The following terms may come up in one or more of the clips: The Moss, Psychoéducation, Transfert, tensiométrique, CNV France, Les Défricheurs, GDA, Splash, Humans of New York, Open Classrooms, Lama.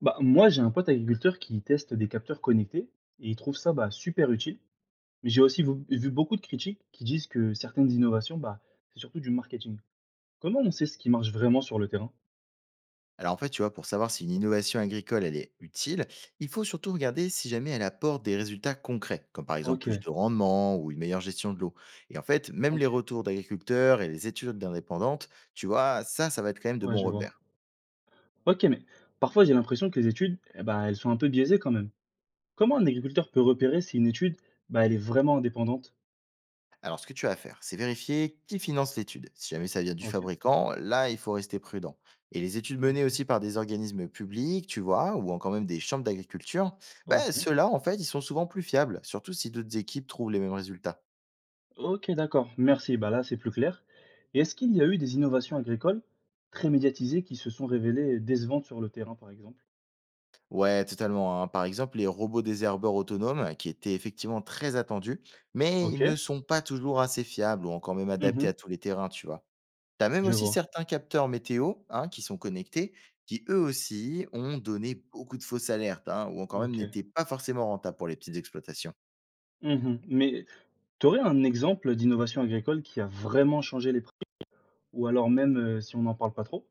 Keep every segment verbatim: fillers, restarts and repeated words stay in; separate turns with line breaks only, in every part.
Bah, moi, j'ai un pote agriculteur qui teste des capteurs connectés et il trouve ça bah, super utile. Mais j'ai aussi vu, vu beaucoup de critiques qui disent que certaines innovations, bah, c'est surtout du marketing. Comment on sait ce qui marche vraiment sur le terrain?
Alors en fait, tu vois, pour savoir si une innovation agricole, elle est utile, il faut surtout regarder si jamais elle apporte des résultats concrets, comme par exemple
Ok,
plus de rendement ou une meilleure gestion de l'eau. Et en fait, même les
ok,
retours d'agriculteurs et les études indépendantes, tu vois, ça, ça va être quand même de
ouais,
bons
je vois.
repères.
Ok, mais parfois j'ai l'impression que les études, eh bah, elles sont un peu biaisées quand même. Comment un agriculteur peut repérer si une étude, bah, elle est vraiment indépendante?
Alors ce que tu vas faire, c'est vérifier qui finance l'étude. Si jamais ça vient du
Ok,
fabricant, là, il faut rester prudent. Et les études menées
ok,
aussi par des organismes publics, tu vois, ou encore même des chambres d'agriculture, ben,
ok.
ceux-là, en fait, ils sont souvent plus fiables, surtout si d'autres équipes trouvent les mêmes résultats.
Ok, d'accord, merci. Bah là, c'est plus clair. Et est-ce qu'il y a eu des innovations agricoles très médiatisées qui se sont révélées décevantes sur le terrain, par exemple?
Ouais, totalement, hein. Par exemple, les robots désherbeurs autonomes, qui étaient effectivement très attendus, mais
Ok,
ils ne sont pas toujours assez fiables ou encore même adaptés
mhm,
à tous les terrains, tu vois. T'as même
je
aussi
vois.
certains capteurs météo, hein, qui sont connectés, qui eux aussi ont donné beaucoup de fausses alertes, hein, ou encore même
Ok,
n'étaient pas forcément rentables pour les petites exploitations.
mhm. Mais tu aurais un exemple d'innovation agricole qui a vraiment changé les prix, ou alors même euh, si on n'en parle pas trop?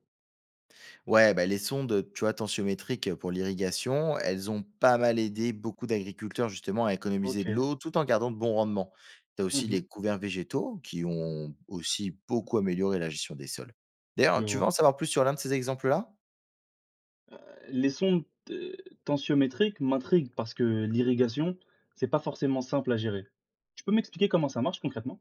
Ouais, bah, les sondes, tu vois, tensiométriques pour l'irrigation, elles ont pas mal aidé beaucoup d'agriculteurs justement à économiser
Ok,
de l'eau tout en gardant de bons rendements. Tu as aussi
mhm,
les couverts végétaux qui ont aussi beaucoup amélioré la gestion des sols.
je
D'ailleurs, tu veux
vois.
en savoir plus sur l'un de ces exemples-là?
Les sondes euh, tensiométriques m'intriguent parce que l'irrigation, c'est pas forcément simple à gérer. Tu peux m'expliquer comment ça marche concrètement?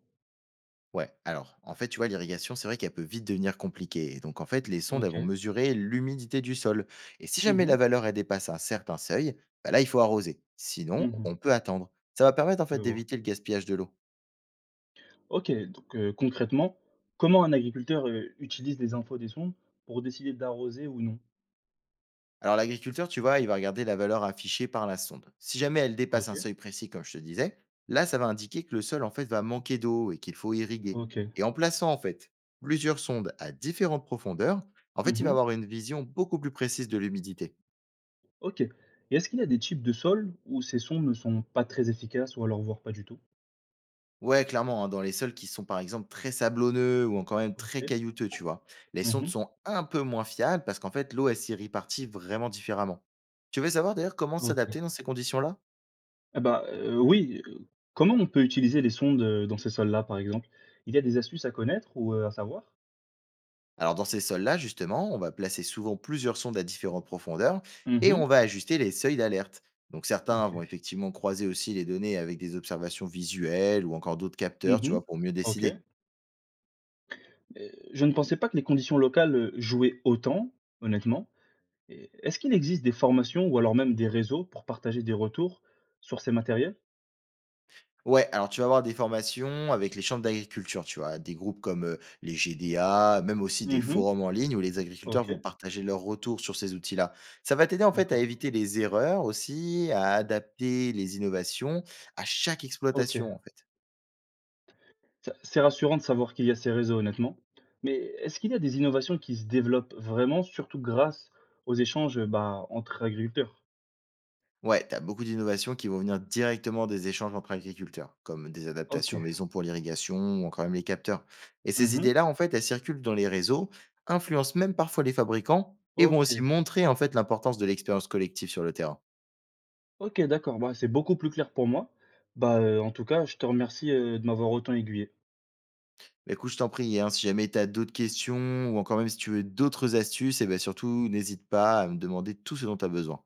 Ouais, alors, en fait, tu vois, l'irrigation, c'est vrai qu'elle peut vite devenir compliquée. Et donc, en fait, les sondes,
Ok,
elles vont mesurer l'humidité du sol. Et si jamais
mhm,
la valeur, elle dépasse un certain seuil, bah là, il faut arroser. Sinon,
mhm,
on peut attendre. Ça va permettre, en
je
fait,
vois.
d'éviter le gaspillage de l'eau.
OK, donc heu, concrètement, comment un agriculteur, heu, utilise les infos des sondes pour décider d'arroser ou non?
Alors l'agriculteur, tu vois, il va regarder la valeur affichée par la sonde. Si jamais elle dépasse
OK,
un seuil précis, comme je te disais, là, ça va indiquer que le sol, en fait, va manquer d'eau et qu'il faut irriguer.
OK.
Et en plaçant, en fait, plusieurs sondes à différentes profondeurs, en fait, il va
Mmh.
avoir une vision beaucoup plus précise de l'humidité.
OK. Et est-ce qu'il y a des types de sols où ces sondes ne sont pas très efficaces ou alors voire pas du tout?
Ouais, clairement, hein, dans les sols qui sont par exemple très sablonneux ou encore même très
OK.
caillouteux, tu vois, les sondes
Mmh.
sont un peu moins fiables parce qu'en fait, l'eau, elle s'y répartit vraiment différemment. Tu veux savoir d'ailleurs comment
OK.
s'adapter dans ces conditions-là?
Ah bah, heu, oui, heu, comment on peut utiliser les sondes, heu, dans ces sols-là, par exemple? Il y a des astuces à connaître ou, heu, à savoir?
Alors dans ces sols-là, justement, on va placer souvent plusieurs sondes à différentes profondeurs et
Mmh.
on va ajuster les seuils d'alerte. Donc certains
OK.
vont effectivement croiser aussi les données avec des observations visuelles ou encore d'autres capteurs, tu
Mmh.
vois, pour mieux
OK.
décider.
Heu, je ne pensais pas que les conditions locales, heu, jouaient autant, honnêtement. Et est-ce qu'il existe des formations ou alors même des réseaux pour partager des retours sur ces matériels?
Ouais, alors tu vas avoir des formations avec les chambres d'agriculture, tu vois, des groupes comme euh, les G D A, même aussi des
Mhm.
forums en ligne où les agriculteurs vont
OK,
partager leurs retours sur ces outils-là. Ça va t'aider en fait à
d'accord.
éviter les erreurs aussi, à adapter les innovations à chaque
OK.
exploitation en fait.
Ça c'est rassurant de savoir qu'il y a ces réseaux honnêtement. Mais est-ce qu'il y a des innovations qui se développent vraiment, surtout grâce aux échanges, bah, entre agriculteurs?
Ouais, tu as beaucoup d'innovations qui vont venir directement des échanges entre agriculteurs, comme des adaptations
OK.
maison pour l'irrigation ou encore même les capteurs. Et ces
Mhm.
idées-là, en fait, elles circulent dans les réseaux, influencent même parfois les fabricants et vont
OK.
aussi montrer en fait l'importance de l'expérience collective sur le terrain.
OK, d'accord. Bah, c'est beaucoup plus clair pour moi. Bah, heu, en tout cas, je te remercie, heu, de m'avoir autant aiguillé.
Mais écoute, je t'en prie, hein, si jamais tu as d'autres questions ou encore même si tu veux d'autres astuces, et ben surtout n'hésite pas à me demander tout ce dont tu as besoin.